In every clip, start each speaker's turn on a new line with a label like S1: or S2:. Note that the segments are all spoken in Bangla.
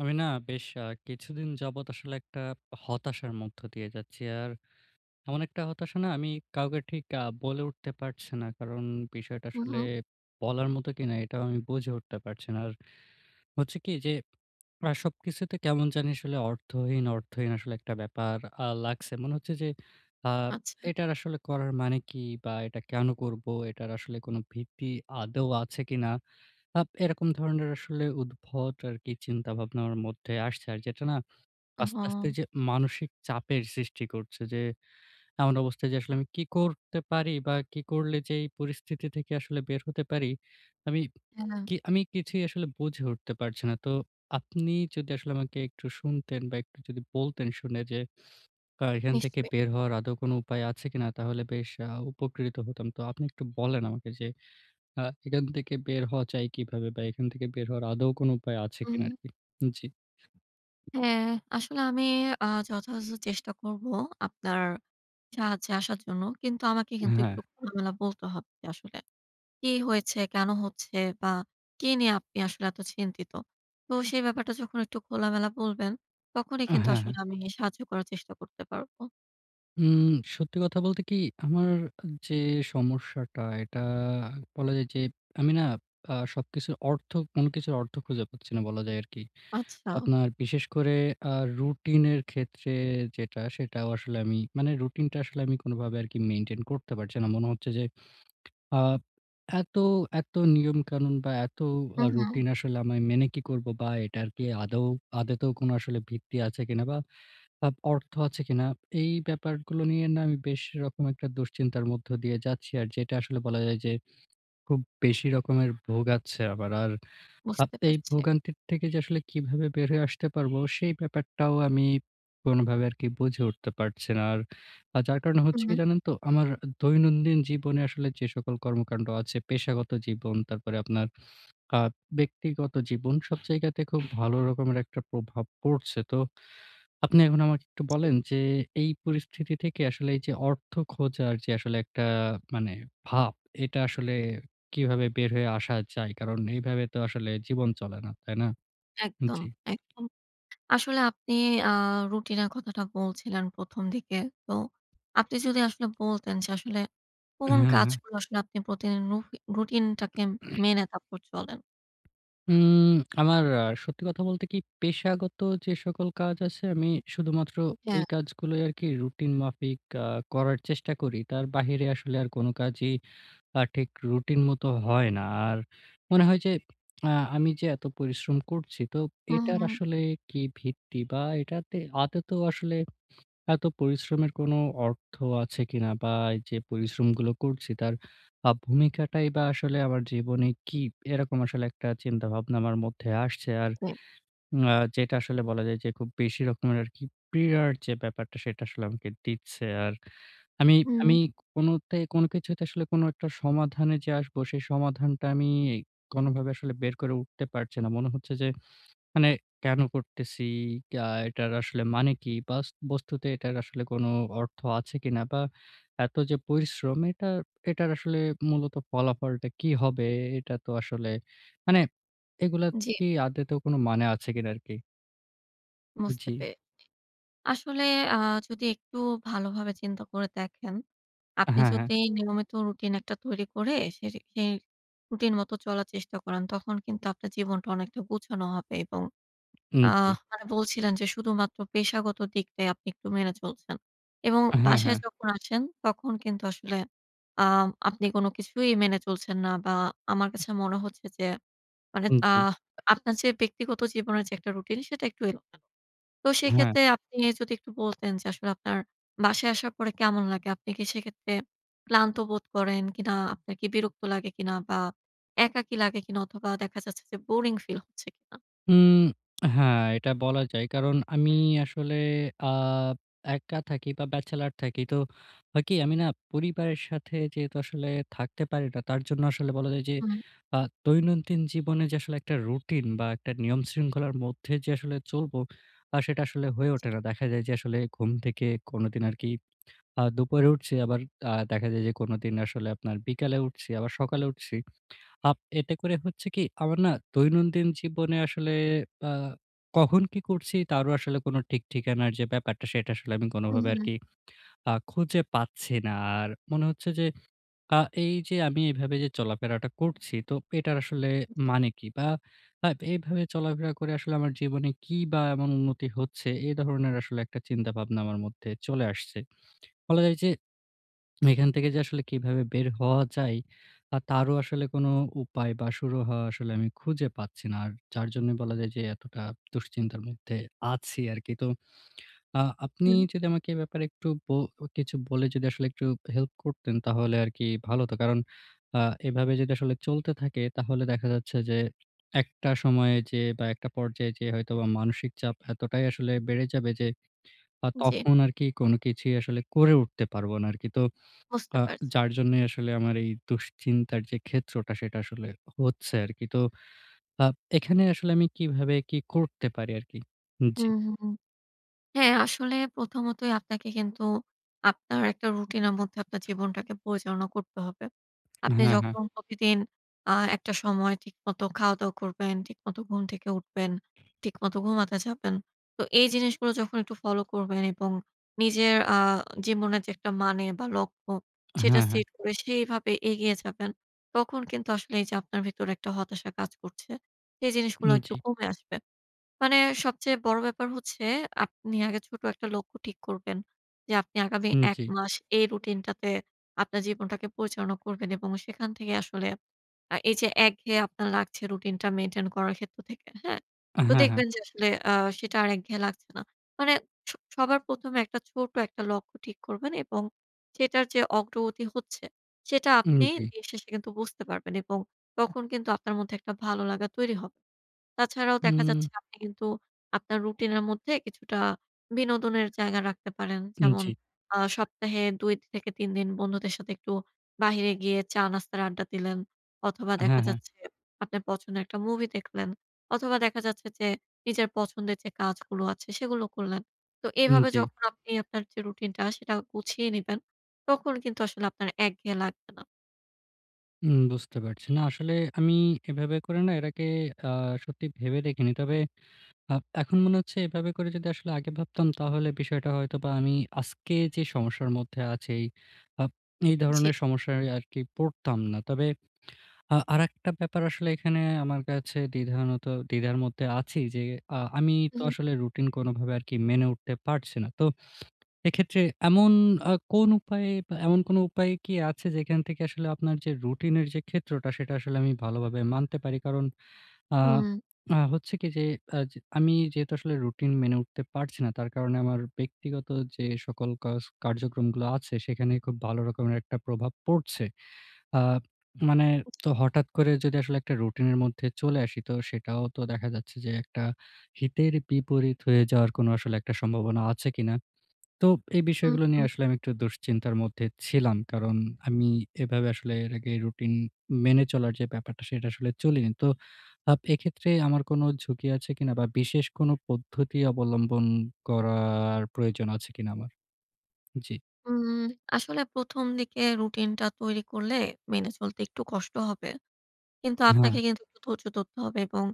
S1: আমি না বেশ কিছুদিন যাবৎ আসলে একটা হতাশার মধ্য দিয়ে যাচ্ছি। আর এমন একটা হতাশা না আমি কাউকে ঠিক বলে উঠতে পারছি না। কারণ বিষয়টা
S2: হুম,
S1: আসলে
S2: হুম।
S1: বলার মতো কিনা এটাও আমি বুঝে উঠতে পারছি না। আর হচ্ছে কি যে সবকিছুতে কেমন জানি আসলে অর্থহীন, অর্থহীন আসলে একটা ব্যাপার লাগছে। মনে হচ্ছে যে আ
S2: আচ্ছা।
S1: এটার আসলে করার মানে কি? বা এটা কেন করব? এটার আসলে কোনো ভিত্তি আদৌ আছে কিনা? এরকম ধরনের আসলে উদ্ভট আরকি চিন্তাভাবনা আমার মধ্যে আসছে। আর যেটা না আস্তে,
S2: ওহো!
S1: আস্তে যে মানসিক চাপের সৃষ্টি করছে যে এমন অবস্থায় যে আসলে আমি কি করতে পারি বা কি করলে যে এই পরিস্থিতি থেকে আসলে বের হতে পারি, আমি
S2: হ্যাঁ,
S1: আমি কিছুই আসলে বুঝে উঠতে পারছি না। তো আপনি যদি আসলে আমাকে একটু শুনতেন বা একটু যদি বলতেন শুনে যে এখান থেকে
S2: নিশ্চয়ই।
S1: বের হওয়ার আদৌ কোনো উপায় আছে কিনা তাহলে বেশ উপকৃত হতাম। তো আপনি একটু বলেন আমাকে যে এখান থেকে বের হওয়া যায় কিভাবে বা এখান থেকে বের হওয়ার আদৌ কোনো উপায় আছে
S2: উম
S1: কিনা আরকি? জি।
S2: হ্যাঁ, আসলে আমি যথাযথ চেষ্টা করব আপনার সাহায্যে আসার জন্য। কিন্তু আমাকে কিন্তু
S1: হ্যাঁ,
S2: একটু খোলামেলা বলতে হবে যে আসলে কি হয়েছে, কেন হচ্ছে বা কি নিয়ে আপনি আসলে এত চিন্তিত। তো সেই ব্যাপারটা যখন একটু খোলামেলা বলবেন, তখনই
S1: হ্যাঁ,
S2: কিন্তু
S1: হ্যাঁ।
S2: আসলে আমি সাহায্য করার চেষ্টা করতে পারব।
S1: হুম, সত্যি কথা বলতে কি আমার যে সমস্যাটা এটা বলা যায় যে আমি না সবকিছুর অর্থ কোনো কিছুর অর্থ খুঁজে পাচ্ছি না বলা যায় আরকি।
S2: আচ্ছা।
S1: আপনার বিশেষ করে আ রুটিনের ক্ষেত্রে যেটা সেটাও আসলে আমি মানে রুটিনটা আসলে আমি কোনোভাবে আরকি মেইনটেইন করতে পারছি না। মনে হচ্ছে যে আ এত, এত নিয়মকানুন বা এত
S2: হুম, হুম।
S1: রুটিন আসলে আমায় মেনে কি করব বা এটার কি আদৌ আদতেও কোনো আসলে ভিত্তি আছে কিনা বা অর্থ আছে কিনা? এই ব্যাপারগুলো নিয়ে না আমি বেশ রকম একটা দুশ্চিন্তার মধ্য দিয়ে যাচ্ছি। আর যেটা আসলে বলা যায় যে খুব বেশি রকমের ভোগাচ্ছে আবার। আর
S2: বুঝতে
S1: এই
S2: পারছি।
S1: ভোগান্তির থেকে যে আসলে কিভাবে বের হয়ে আসতে পারবো সেই ব্যাপারটাও আমি কোনভাবে আরকি বুঝে উঠতে পারছি না। আর যার কারণে
S2: হুম,
S1: হচ্ছে কি জানেন তো? আমার দৈনন্দিন জীবনে আসলে যে সকল কর্মকাণ্ড আছে, পেশাগত জীবন, তারপরে আপনার আ ব্যক্তিগত জীবন সব জায়গাতে খুব ভালো রকমের একটা প্রভাব পড়ছে। তো আপনি এখন আমাকে একটু
S2: জি।
S1: বলেন যে, এই পরিস্থিতি থেকে আসলে এই যে অর্থ খোঁজার যে আসলে একটা মানে ভাব, এটা আসলে কিভাবে বের হয়ে আসা যায়? কারণ এইভাবে তো আসলে জীবন চলে না, তাই না?
S2: একদম,
S1: জি।
S2: একদম। আসলে আপনি আ রুটিনের কথাটা বলছিলেন ১ম দিকে। তো আপনি যদি আসলে বলতেন যে আসলে কোন
S1: হ্যাঁ, হ্যাঁ।
S2: কাজগুলো আসলে আপনি প্রতিদিন রুটিনটাকে মেনে তারপর চলেন?
S1: উম আমার সত্যি কথা বলতে কি পেশাগত যে সকল কাজ আছে, আমি শুধুমাত্র ওই
S2: হ্যাঁ।
S1: কাজগুলোই আরকি রুটিন মাফিক আ করার চেষ্টা করি। তার বাহিরে আসলে আর কোন কাজই ঠিক রুটিন মতো হয় না। আর মনে হয় যে আ আমি যে এত পরিশ্রম করছি তো
S2: হুম,
S1: এটার
S2: হুম।
S1: আসলে কি ভিত্তি বা এটাতে আদতেও আসলে এত পরিশ্রমের কোনো অর্থ আছে কিনা? বা এই যে পরিশ্রমগুলো করছি তার ভূমিকাটাই বা আসলে আমার জীবনে কি? এরকম আসলে একটা চিন্তাভাবনা আমার মধ্যে আসছে। আর
S2: জি।
S1: আ যেটা আসলে বলা যায় যে খুব বেশি রকমের আরকি পীড়ার যে ব্যাপারটা সেটা আসলে আমাকে দিচ্ছে। আর আমি
S2: হুম,
S1: আমি কোনোতে কোনো কিছুতে আসলে কোনো একটা সমাধানে যে আসবো সেই সমাধানটা আমি কোনোভাবে আসলে বের করে উঠতে পারছি না। মনে হচ্ছে যে মানে কেন করতেছি? এটার আসলে মানে কি? বস্তুতে এটার আসলে কোনো অর্থ আছে কিনা? বা এত যে পরিশ্রম এটার আসলে মূলত ফলাফলটা কি হবে? এটা তো আসলে মানে এগুলা
S2: জি,
S1: কি আদতেও কোনো মানে আছে কিনা আরকি?
S2: বুঝতে
S1: জি।
S2: পেরে আসলে, আ যদি একটু ভালোভাবে চিন্তা করে দেখেন, আপনি
S1: হ্যাঁ, হ্যাঁ।
S2: যদি নিয়মিত রুটিন একটা তৈরি করে সে সেই রুটিন মতো চলার চেষ্টা করেন তখন কিন্তু আপনার জীবনটা অনেকটা গুছানো হবে এবং
S1: উম জি।
S2: মানে বলছিলেন যে শুধুমাত্র পেশাগত দিকটাই আপনি একটু মেনে চলছেন। এবং
S1: হ্যাঁ,
S2: বাসায়
S1: হ্যাঁ।
S2: যখন আসেন তখন কিন্তু আসলে আ আপনি কোনো কিছুই মেনে চলছেন না বা আমার কাছে মনে হচ্ছে যে মানে
S1: উম জি।
S2: আপনার যে ব্যক্তিগত জীবনের যে একটা রুটিন সেটা একটু এলোমেলো। তো
S1: হ্যাঁ।
S2: সেক্ষেত্রে আপনি যদি একটু বলতেন যে আসলে আপনার বাসায় আসার পরে কেমন লাগে? আপনি কি সেক্ষেত্রে ক্লান্ত বোধ করেন কিনা? আপনার কি বিরক্ত লাগে কিনা? বা একাকী লাগে কিনা? অথবা দেখা যাচ্ছে যে বোরিং ফিল হচ্ছে কিনা?
S1: উম হ্যাঁ, এটা বলা যায়। কারণ আমি আসলে আ একা থাকি বা ব্যাচেলর থাকি। তো হয় কি আমি না পরিবারের সাথে যেহেতু আসলে থাকতে পারি না, তার জন্য আসলে বলা যায় যে
S2: হুম,
S1: আ দৈনন্দিন জীবনে যে আসলে একটা রুটিন বা একটা নিয়ম শৃঙ্খলার মধ্যে যে আসলে চলবো, সেটা আসলে হয়ে
S2: জি।
S1: ওঠে না। দেখা যায় যে আসলে ঘুম থেকে কোনদিন আরকি দুপুরে উঠছি, আবার দেখা যায় যে কোনদিন আসলে আপনার বিকালে উঠছি, আবার সকালে উঠছি। এতে করে হচ্ছে কি আমার না দৈনন্দিন জীবনে আসলে আ কখন কি করছি তারও আসলে কোনো ঠিক ঠিকানার যে ব্যাপারটা সেটা আসলে আমি কোনোভাবে
S2: হুম।
S1: আরকি খুঁজে পাচ্ছি না। আর মনে হচ্ছে যে আ এই যে আমি এভাবে যে চলাফেরাটা করছি তো এটার আসলে মানে কি? বা এভাবে চলাফেরা করে আসলে আমার জীবনে কি বা এমন উন্নতি হচ্ছে? এ ধরনের আসলে একটা চিন্তাভাবনা আমার মধ্যে চলে আসছে। বলা যায় যে এখান থেকে যে আসলে কিভাবে বের হওয়া যায়, তারও আসলে কোনো উপায় বা সুরাহা আসলে আমি খুঁজে পাচ্ছি না। আর যার জন্যই বলা যায় যে এতটা দুশ্চিন্তার মধ্যে আছি আরকি। তো আপনি
S2: হুম,
S1: যদি আমাকে এ ব্যাপারে একটু কিছু বলে যদি আসলে একটু হেল্প করতেন তাহলে আরকি ভালো হতো। কারণ আ এভাবে যদি আসলে চলতে থাকে তাহলে দেখা যাচ্ছে যে একটা সময়ে যেয়ে বা একটা পর্যায়ে যেয়ে হয়তোবা মানসিক চাপ এতটাই আসলে বেড়ে যাবে যে
S2: জি,
S1: তখন আরকি কোনো কিছুই আসলে করে উঠতে পারব না আরকি। তো
S2: বুঝতে
S1: আ
S2: পারছি।
S1: যার জন্যই আসলে আমার এই দুশ্চিন্তার যে ক্ষেত্রটা সেটা আসলে হচ্ছে আরকি। তো আ এখানে আসলে আমি কিভাবে কি করতে পারি আরকি? জি।
S2: হুম, হুম, হুম। হ্যাঁ, আসলে প্রথমতই আপনাকে কিন্তু আপনার একটা রুটিনের মধ্যে আপনার জীবনটাকে পরিচালনা করতে হবে। আপনি
S1: হ্যাঁ, হ্যাঁ।
S2: যখন প্রতিদিন একটা সময় ঠিকমতো খাওয়া-দাওয়া করবেন, ঠিকমতো ঘুম থেকে উঠবেন, ঠিকমতো ঘুমাতে যাবেন। তো এই জিনিসগুলো যখন একটু ফলো করবেন এবং নিজের জীবনের যে একটা মানে বা লক্ষ্য সেটা
S1: হ্যাঁ, হ্যাঁ।
S2: সেট করে সেইভাবে এগিয়ে যাবেন, তখন কিন্তু আসলে এই যে আপনার ভেতরে একটা হতাশা কাজ করছে, সেই
S1: উম
S2: জিনিসগুলো একটু
S1: জি,
S2: কমে আসবে। মানে সবচেয়ে বড় ব্যাপার হচ্ছে আপনি আগে ছোট একটা লক্ষ্য ঠিক করবেন। যে আপনি আগামী
S1: উম
S2: ১
S1: জি।
S2: মাস এই রুটিনটাতে আপনার জীবনটাকে পরিচালনা করবেন এবং সেখান থেকে আসলে এই যে একঘেয়ে আপনার লাগছে রুটিনটা মেইনটেইন করার ক্ষেত্র থেকে, হ্যাঁ? তো
S1: হ্যাঁ, হ্যাঁ।
S2: দেখবেন যে আসলে সেটা আর একঘেয়ে লাগছে না। মানে স সবার ১ম এ একটা ছোট একটা লক্ষ্য ঠিক করবেন এবং সেটার যে অগ্রগতি হচ্ছে সেটা
S1: উম
S2: আপনি
S1: জি।
S2: দিন শেষে কিন্তু বুঝতে পারবেন এবং তখন কিন্তু আপনার মধ্যে একটা ভালো লাগা তৈরি হবে। তাছাড়াও দেখা
S1: উম
S2: যাচ্ছে আপনি কিন্তু আপনার রুটিনের মধ্যে কিছুটা বিনোদনের জায়গা রাখতে পারেন।
S1: উম
S2: যেমন
S1: জি।
S2: সপ্তাহে ২ থেকে ৩ দিন বন্ধুদের সাথে একটু বাহিরে গিয়ে চা নাস্তার আড্ডা দিলেন। অথবা দেখা
S1: হ্যাঁ, হ্যাঁ।
S2: যাচ্ছে আপনার পছন্দের একটা মুভি দেখলেন। অথবা দেখা যাচ্ছে যে নিজের পছন্দের যে কাজগুলো আছে সেগুলো করলেন। তো
S1: উম
S2: এভাবে
S1: জি।
S2: যখন আপনি আপনার যে রুটিনটা সেটা গুছিয়ে নিবেন, তখন কিন্তু আসলে আপনার একঘেয়ে লাগবে না।
S1: উম বুঝতে পারছি। না আসলে আমি এভাবে করে না এর আগে আ সত্যি ভেবে দেখিনি। তবে এখন মনে হচ্ছে এভাবে করে যদি আসলে আগে ভাবতাম তাহলে বিষয়টা হয়তোবা আমি আজকে যে সমস্যার মধ্যে আছি এই আপ এই
S2: জি।
S1: ধরনের সমস্যায় আরকি পড়তাম না। তবে আরেকটা ব্যাপার আসলে এখানে আমার কাছে দ্বিধার মধ্যে আছি যে আমি তো
S2: হুম,
S1: আসলে রুটিন কোনভাবে আরকি মেনে উঠতে পারছি না। তো এক্ষেত্রে এমন কোন উপায়ে বা এমন কোন উপায় কি আছে যেখান থেকে আসলে আপনার যে রুটিনের যে ক্ষেত্রটা সেটা আসলে আমি ভালোভাবে মানতে পারি? কারণ আ আ হচ্ছে কি যে যে আমি যেহেতু আসলে রুটিন মেনে উঠতে পারছি না, তার কারণে আমার ব্যক্তিগত যে সকল কাজ কার্যক্রমগুলো আছে সেখানে খুব ভালো রকমের একটা প্রভাব পড়ছে। আ মানে তো হঠাৎ করে যদি আসলে একটা রুটিনের মধ্যে চলে আসি তো সেটাও তো দেখা যাচ্ছে যে একটা হিতের বিপরীত হয়ে যাওয়ার কোনো আসলে একটা সম্ভাবনা আছে কিনা? তো এই
S2: হুম,
S1: বিষয়গুলো নিয়ে
S2: হুম।
S1: আসলে আমি একটু দুশ্চিন্তার মধ্যে ছিলাম। কারণ আমি এভাবে আসলে এর আগে রুটিন মেনে চলার যে ব্যাপারটা সেটা আসলে চলিনি। তো এক্ষেত্রে আমার কোনো ঝুঁকি আছে কিনা বা বিশেষ কোনো পদ্ধতি অবলম্বন করার প্রয়োজন আছে কিনা আমার? জি।
S2: উম আসলে ১ম দিকে রুটিনটা তৈরি করলে মেনে চলতে একটু কষ্ট হবে। কিন্তু
S1: হ্যাঁ,
S2: আপনাকে কিন্তু একটু ধৈর্য ধরতে হবে এবং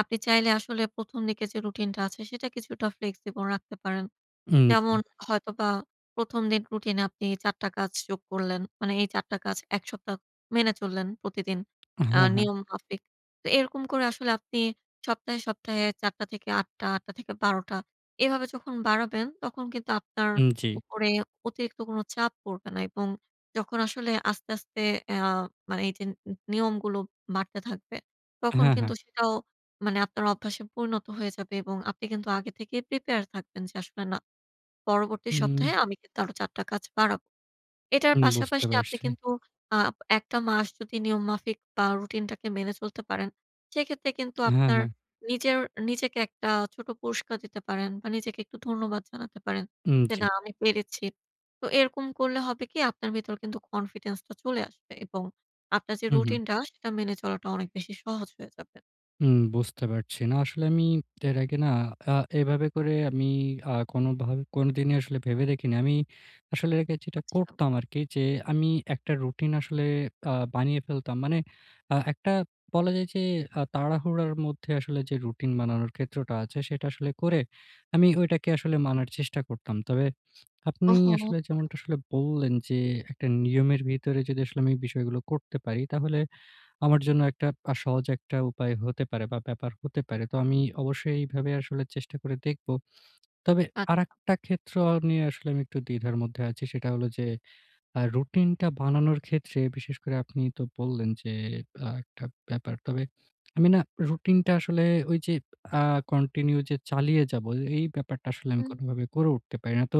S2: আপনি চাইলে আসলে ১ম দিকে যে রুটিনটা আছে সেটা কিছুটা ফ্লেক্সিবল রাখতে পারেন।
S1: উম জি।
S2: যেমন হয়তোবা ১ম দিন রুটিন আপনি ৪ টা কাজ যোগ করলেন। মানে এই ৪ টা কাজ ১ সপ্তাহ মেনে চললেন প্রতিদিন
S1: হ্যাঁ, হ্যাঁ।
S2: নিয়ম মাফিক। তো এরকম করে আসলে আপনি সপ্তাহে ৪ টা থেকে ৮ টা, ৮ টা থেকে ১২ টা এভাবে যখন বাড়াবেন তখন কিন্তু আপনার
S1: উম জি।
S2: উপরে অতিরিক্ত কোনো চাপ পড়বে না এবং যখন আসলে আস্তে, আস্তে অ্যা মানে এই যে নিয়মগুলো বাড়তে থাকবে তখন
S1: হ্যাঁ, হ্যাঁ।
S2: কিন্তু সেটাও মানে আপনার অভ্যাসে পরিণত হয়ে যাবে এবং আপনি কিন্তু আগে থেকে প্রিপেয়ার থাকবেন যে আসলে না পরবর্তী
S1: উম,
S2: সপ্তাহে আমি কিন্তু আরো ৪ টা কাজ বাড়াবো। এটার
S1: উম বুঝতে
S2: পাশাপাশি আপনি
S1: পারছি।
S2: কিন্তু আ ১ টা মাস যদি নিয়ম মাফিক বা রুটিনটাকে মেনে চলতে পারেন, সেক্ষেত্রে কিন্তু
S1: হ্যাঁ,
S2: আপনার
S1: হ্যাঁ।
S2: নিজের নিজেকে একটা ছোট পুরস্কার দিতে পারেন বা নিজেকে একটু ধন্যবাদ জানাতে পারেন
S1: উম
S2: যে,
S1: জি।
S2: "না আমি পেরেছি।" তো এরকম করলে হবে কি আপনার ভেতর কিন্তু কনফিডেন্স টা চলে আসবে এবং আপনার যে
S1: হু, হু।
S2: রুটিনটা সেটা মেনে চলাটা অনেক বেশি সহজ হয়ে যাবে।
S1: হুম, বুঝতে পারছি। না আসলে আমি এর আগে না আ এভাবে করে আমি কোনোভাবে কোনোদিনই আসলে ভেবে দেখিনি। আমি আসলে এর আগে যেটা
S2: আচ্ছা।
S1: করতাম আরকি যে আমি একটা রুটিন আসলে বানিয়ে ফেলতাম। মানে একটা বলা যায় যে তাড়াহুড়ার মধ্যে আসলে যে রুটিন বানানোর ক্ষেত্রটা আছে সেটা আসলে করে আমি ওইটাকে আসলে মানার চেষ্টা করতাম। তবে আপনি
S2: ওহো!
S1: আসলে যেমনটা আসলে বললেন যে একটা নিয়মের ভিতরে যদি আসলে আমি বিষয়গুলো করতে পারি তাহলে আমার জন্য একটা সহজ একটা উপায় হতে পারে বা ব্যাপার হতে পারে। তো আমি অবশ্যই এইভাবে আসলে চেষ্টা করে দেখব। তবে
S2: আ
S1: আরেকটা ক্ষেত্র নিয়ে আসলে আমি একটু দ্বিধার মধ্যে আছি। সেটা হলো যে রুটিনটা বানানোর ক্ষেত্রে বিশেষ করে আপনি তো বললেন যে একটা ব্যাপার। তবে আমি না রুটিনটা আসলে ওই যে আ কন্টিনিউ যে চালিয়ে যাবো এই ব্যাপারটা আসলে আমি
S2: হুম।
S1: কোনোভাবে করে উঠতে পারি না। তো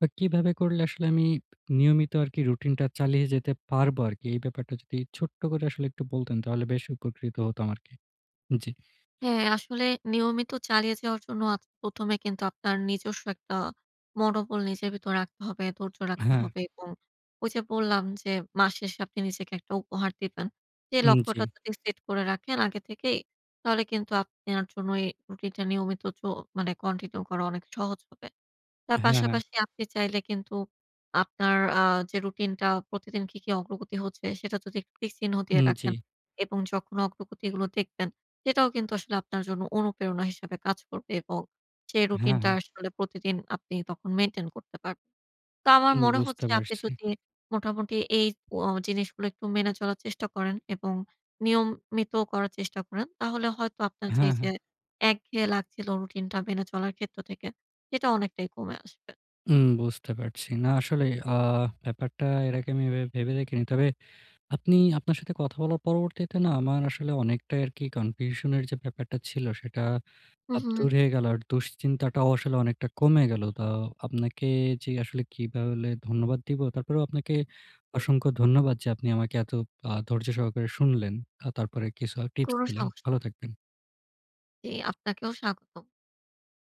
S1: বা কিভাবে করলে আসলে আমি নিয়মিত আরকি রুটিনটা চালিয়ে যেতে পারবো আরকি? এই ব্যাপারটা যদি ছোট্ট করে আসলে একটু বলতেন তাহলে বেশ উপকৃত হতাম আরকি। জি।
S2: হ্যাঁ, আসলে নিয়মিত চালিয়ে যাওয়ার জন্য ১ম এ কিন্তু আপনার নিজস্ব একটা মনোবল নিজের ভিতর রাখতে হবে, ধৈর্য রাখতে
S1: হ্যাঁ,
S2: হবে এবং ওই যে বললাম যে মাস শেষে আপনি নিজেকে একটা উপহার দিবেন। যে
S1: উম জি।
S2: লক্ষ্যটা যদি সেট করে রাখেন আগে থেকেই, তাহলে কিন্তু আপনার জন্য এই রুটিনটা নিয়মিত মানে কন্টিনিউ করা অনেক সহজ হবে। তার
S1: হ্যাঁ, হ্যাঁ।
S2: পাশাপাশি আপনি চাইলে কিন্তু আপনার যে রুটিনটা প্রতিদিন কি, কি অগ্রগতি হচ্ছে সেটা যদি টিক চিহ্ন দিয়ে
S1: উম জি।
S2: রাখেন এবং যখন অগ্রগতিগুলো দেখবেন সেটাও কিন্তু আসলে আপনার জন্য অনুপ্রেরণা হিসেবে কাজ করবে এবং সেই
S1: হ্যাঁ,
S2: রুটিনটা
S1: হ্যাঁ।
S2: আসলে প্রতিদিন আপনি তখন মেইনটেইন করতে পারবেন। তো আমার
S1: উম
S2: মনে
S1: বুঝতে
S2: হচ্ছে আপনি
S1: পারছি।
S2: যদি মোটামুটি এই ও জিনিসগুলো একটু মেনে চলার চেষ্টা করেন এবং নিয়মিত করার চেষ্টা করেন, তাহলে হয়তো আপনার যে,
S1: হ্যাঁ,
S2: এই যে
S1: হ্যাঁ।
S2: একঘেয়ে লাগছিল রুটিনটা মেনে চলার ক্ষেত্র থেকে, সেটা অনেকটাই কমে আসবে।
S1: উম বুঝতে পারছি। না আসলে আ ব্যাপারটা এর আগে আমি এভাবে ভেবে দেখিনি। তবে আপনি আপনার সাথে কথা বলার পরবর্তীতে না আমার আসলে অনেকটাই আরকি কনফিউশন এর যে ব্যাপারটা ছিল সেটা
S2: হু,
S1: চাপ
S2: হু।
S1: দূর হয়ে গেল আর দুশ্চিন্তাটাও আসলে অনেকটা কমে গেল। তো আপনাকে যে আসলে কিভাবে ধন্যবাদ দিব? তারপরেও আপনাকে
S2: জি,
S1: অসংখ্য ধন্যবাদ যে আপনি আমাকে এত ধৈর্য সহকারে শুনলেন। তারপরে কিছু টিপস
S2: কোনো
S1: দিলেন।
S2: সমস্যা নেই।
S1: ভালো থাকবেন।
S2: জি, আপনাকেও স্বাগতম।